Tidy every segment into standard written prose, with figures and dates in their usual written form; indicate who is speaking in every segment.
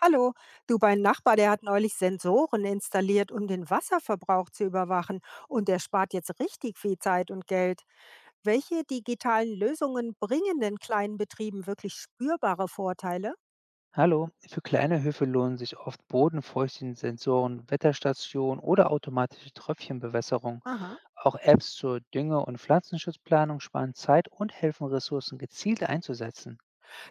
Speaker 1: Hallo, du, mein Nachbar, der hat neulich Sensoren installiert, um den Wasserverbrauch zu überwachen und der spart jetzt richtig viel Zeit und Geld. Welche digitalen Lösungen bringen den kleinen Betrieben wirklich spürbare Vorteile?
Speaker 2: Hallo, für kleine Höfe lohnen sich oft Bodenfeuchtensensoren, Wetterstationen oder automatische Tröpfchenbewässerung.
Speaker 1: Aha.
Speaker 2: Auch Apps zur Dünge- und Pflanzenschutzplanung sparen Zeit und helfen, Ressourcen gezielt einzusetzen.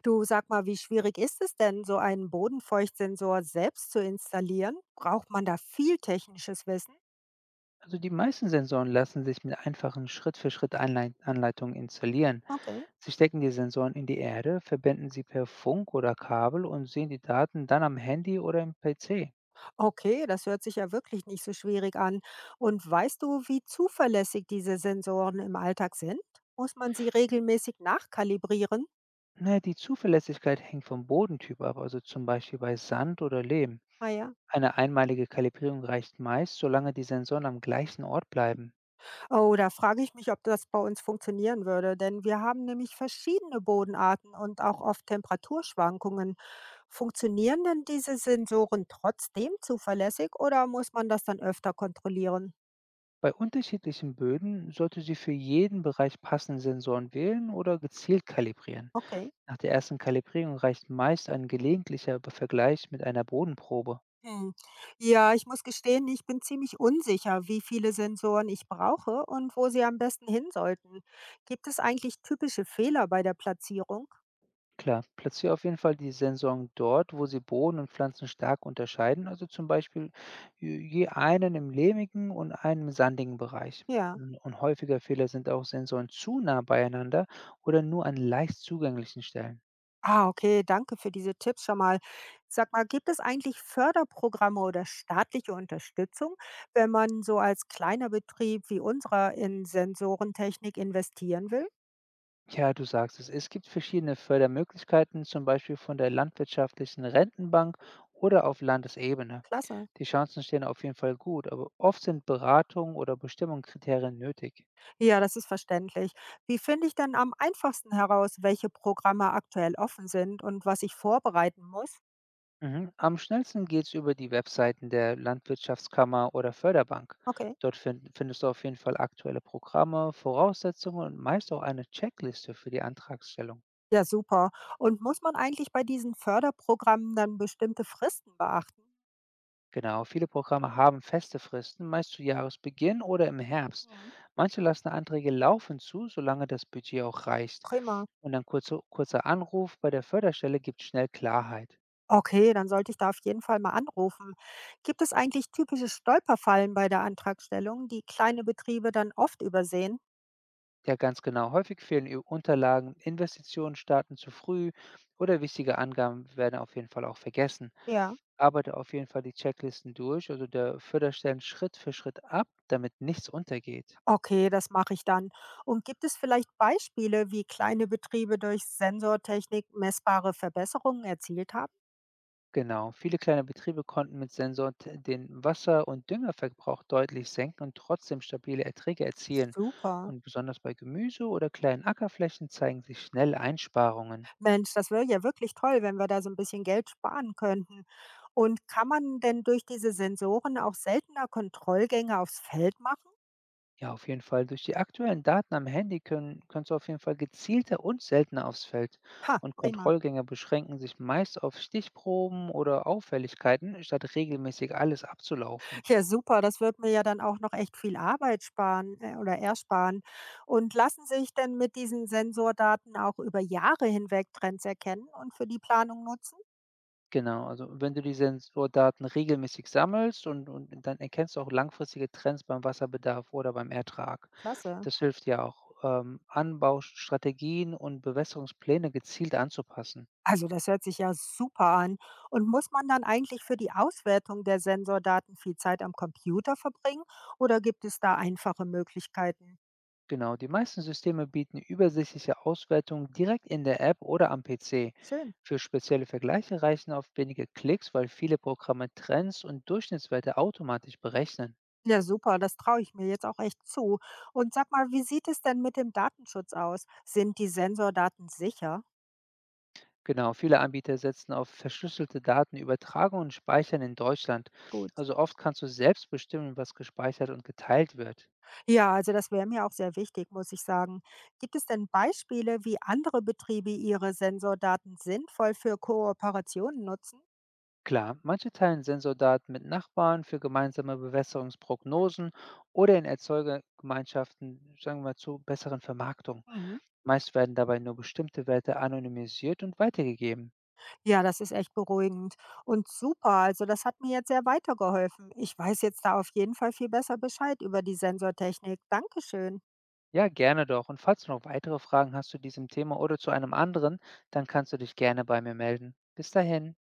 Speaker 1: Du sag mal, wie schwierig ist es denn, so einen Bodenfeuchtsensor selbst zu installieren? Braucht man da viel technisches Wissen?
Speaker 2: Also die meisten Sensoren lassen sich mit einfachen Schritt-für-Schritt-Anleitungen installieren.
Speaker 1: Okay.
Speaker 2: Sie stecken die Sensoren in die Erde, verbinden sie per Funk oder Kabel und sehen die Daten dann am Handy oder im PC.
Speaker 1: Okay, das hört sich ja wirklich nicht so schwierig an. Und weißt du, wie zuverlässig diese Sensoren im Alltag sind? Muss man sie regelmäßig nachkalibrieren?
Speaker 2: Naja, die Zuverlässigkeit hängt vom Bodentyp ab, also zum Beispiel bei Sand oder Lehm.
Speaker 1: Ah ja.
Speaker 2: Eine einmalige Kalibrierung reicht meist, solange die Sensoren am gleichen Ort bleiben.
Speaker 1: Oh, da frage ich mich, ob das bei uns funktionieren würde, denn wir haben nämlich verschiedene Bodenarten und auch oft Temperaturschwankungen. Funktionieren denn diese Sensoren trotzdem zuverlässig oder muss man das dann öfter kontrollieren?
Speaker 2: Bei unterschiedlichen Böden sollte sie für jeden Bereich passende Sensoren wählen oder gezielt kalibrieren.
Speaker 1: Okay.
Speaker 2: Nach der ersten Kalibrierung reicht meist ein gelegentlicher Vergleich mit einer Bodenprobe.
Speaker 1: Hm. Ja, ich muss gestehen, ich bin ziemlich unsicher, wie viele Sensoren ich brauche und wo sie am besten hin sollten. Gibt es eigentlich typische Fehler bei der Platzierung?
Speaker 2: Klar, platziere auf jeden Fall die Sensoren dort, wo sie Boden und Pflanzen stark unterscheiden, also zum Beispiel je einen im lehmigen und einen im sandigen Bereich.
Speaker 1: Ja.
Speaker 2: Und häufiger Fehler sind auch Sensoren zu nah beieinander oder nur an leicht zugänglichen Stellen.
Speaker 1: Ah, okay, danke für diese Tipps schon mal. Sag mal, gibt es eigentlich Förderprogramme oder staatliche Unterstützung, wenn man so als kleiner Betrieb wie unserer in Sensorentechnik investieren will?
Speaker 2: Ja, du sagst es, es gibt verschiedene Fördermöglichkeiten, zum Beispiel von der landwirtschaftlichen Rentenbank oder auf Landesebene.
Speaker 1: Klasse.
Speaker 2: Die Chancen stehen auf jeden Fall gut, aber oft sind Beratung oder Bestimmung Kriterien nötig.
Speaker 1: Ja, das ist verständlich. Wie finde ich denn am einfachsten heraus, welche Programme aktuell offen sind und was ich vorbereiten muss?
Speaker 2: Mhm. Am schnellsten geht's über die Webseiten der Landwirtschaftskammer oder Förderbank.
Speaker 1: Okay.
Speaker 2: Dort findest du auf jeden Fall aktuelle Programme, Voraussetzungen und meist auch eine Checkliste für die Antragstellung.
Speaker 1: Ja, super. Und muss man eigentlich bei diesen Förderprogrammen dann bestimmte Fristen beachten?
Speaker 2: Genau, viele Programme haben feste Fristen, meist zu Jahresbeginn oder im Herbst.
Speaker 1: Mhm.
Speaker 2: Manche lassen Anträge laufen zu, solange das Budget auch reicht.
Speaker 1: Prima.
Speaker 2: Und ein kurzer Anruf bei der Förderstelle gibt schnell Klarheit.
Speaker 1: Okay, dann sollte ich da auf jeden Fall mal anrufen. Gibt es eigentlich typische Stolperfallen bei der Antragstellung, die kleine Betriebe dann oft übersehen?
Speaker 2: Ja, ganz genau. Häufig fehlen ihr Unterlagen, Investitionen starten zu früh oder wichtige Angaben werden auf jeden Fall auch vergessen.
Speaker 1: Ja.
Speaker 2: Arbeite auf jeden Fall die Checklisten durch, also der Förderstellen Schritt für Schritt ab, damit nichts untergeht.
Speaker 1: Okay, das mache ich dann. Und gibt es vielleicht Beispiele, wie kleine Betriebe durch Sensortechnik messbare Verbesserungen erzielt haben?
Speaker 2: Genau, viele kleine Betriebe konnten mit den Wasser- und Düngerverbrauch deutlich senken und trotzdem stabile Erträge erzielen.
Speaker 1: Super.
Speaker 2: Und besonders bei Gemüse oder kleinen Ackerflächen zeigen sich schnell Einsparungen.
Speaker 1: Mensch, das wäre ja wirklich toll, wenn wir da so ein bisschen Geld sparen könnten. Und kann man denn durch diese Sensoren auch seltener Kontrollgänge aufs Feld machen?
Speaker 2: Ja, auf jeden Fall. Durch die aktuellen Daten am Handy kannst du auf jeden Fall gezielter und seltener aufs Feld.
Speaker 1: Ha,
Speaker 2: Und
Speaker 1: prima.
Speaker 2: Kontrollgänger beschränken sich meist auf Stichproben oder Auffälligkeiten, statt regelmäßig alles abzulaufen.
Speaker 1: Ja, super. Das wird mir ja dann auch noch echt viel Arbeit sparen oder ersparen. Und lassen sich denn mit diesen Sensordaten auch über Jahre hinweg Trends erkennen und für die Planung nutzen?
Speaker 2: Genau, also wenn du die Sensordaten regelmäßig sammelst und dann erkennst du auch langfristige Trends beim Wasserbedarf oder beim Ertrag.
Speaker 1: Klasse.
Speaker 2: Das hilft ja auch, Anbaustrategien und Bewässerungspläne gezielt anzupassen.
Speaker 1: Also das hört sich ja super an. Und muss man dann eigentlich für die Auswertung der Sensordaten viel Zeit am Computer verbringen oder gibt es da einfache Möglichkeiten?
Speaker 2: Genau, die meisten Systeme bieten übersichtliche Auswertungen direkt in der App oder am PC.
Speaker 1: Schön.
Speaker 2: Für spezielle Vergleiche reichen oft wenige Klicks, weil viele Programme Trends und Durchschnittswerte automatisch berechnen.
Speaker 1: Ja, super, das traue ich mir jetzt auch echt zu. Und sag mal, wie sieht es denn mit dem Datenschutz aus? Sind die Sensordaten sicher?
Speaker 2: Genau, viele Anbieter setzen auf verschlüsselte Datenübertragung und Speichern in Deutschland.
Speaker 1: Gut.
Speaker 2: Also oft kannst du selbst bestimmen, was gespeichert und geteilt wird.
Speaker 1: Ja, also das wäre mir auch sehr wichtig, muss ich sagen. Gibt es denn Beispiele, wie andere Betriebe ihre Sensordaten sinnvoll für Kooperationen nutzen?
Speaker 2: Klar, manche teilen Sensordaten mit Nachbarn für gemeinsame Bewässerungsprognosen oder in Erzeugergemeinschaften, sagen wir mal, zu besseren Vermarktung.
Speaker 1: Mhm.
Speaker 2: Meist werden dabei nur bestimmte Werte anonymisiert und weitergegeben.
Speaker 1: Ja, das ist echt beruhigend und super. Also das hat mir jetzt sehr weitergeholfen. Ich weiß jetzt da auf jeden Fall viel besser Bescheid über die Sensortechnik. Dankeschön.
Speaker 2: Ja, gerne doch. Und falls du noch weitere Fragen hast zu diesem Thema oder zu einem anderen, dann kannst du dich gerne bei mir melden. Bis dahin.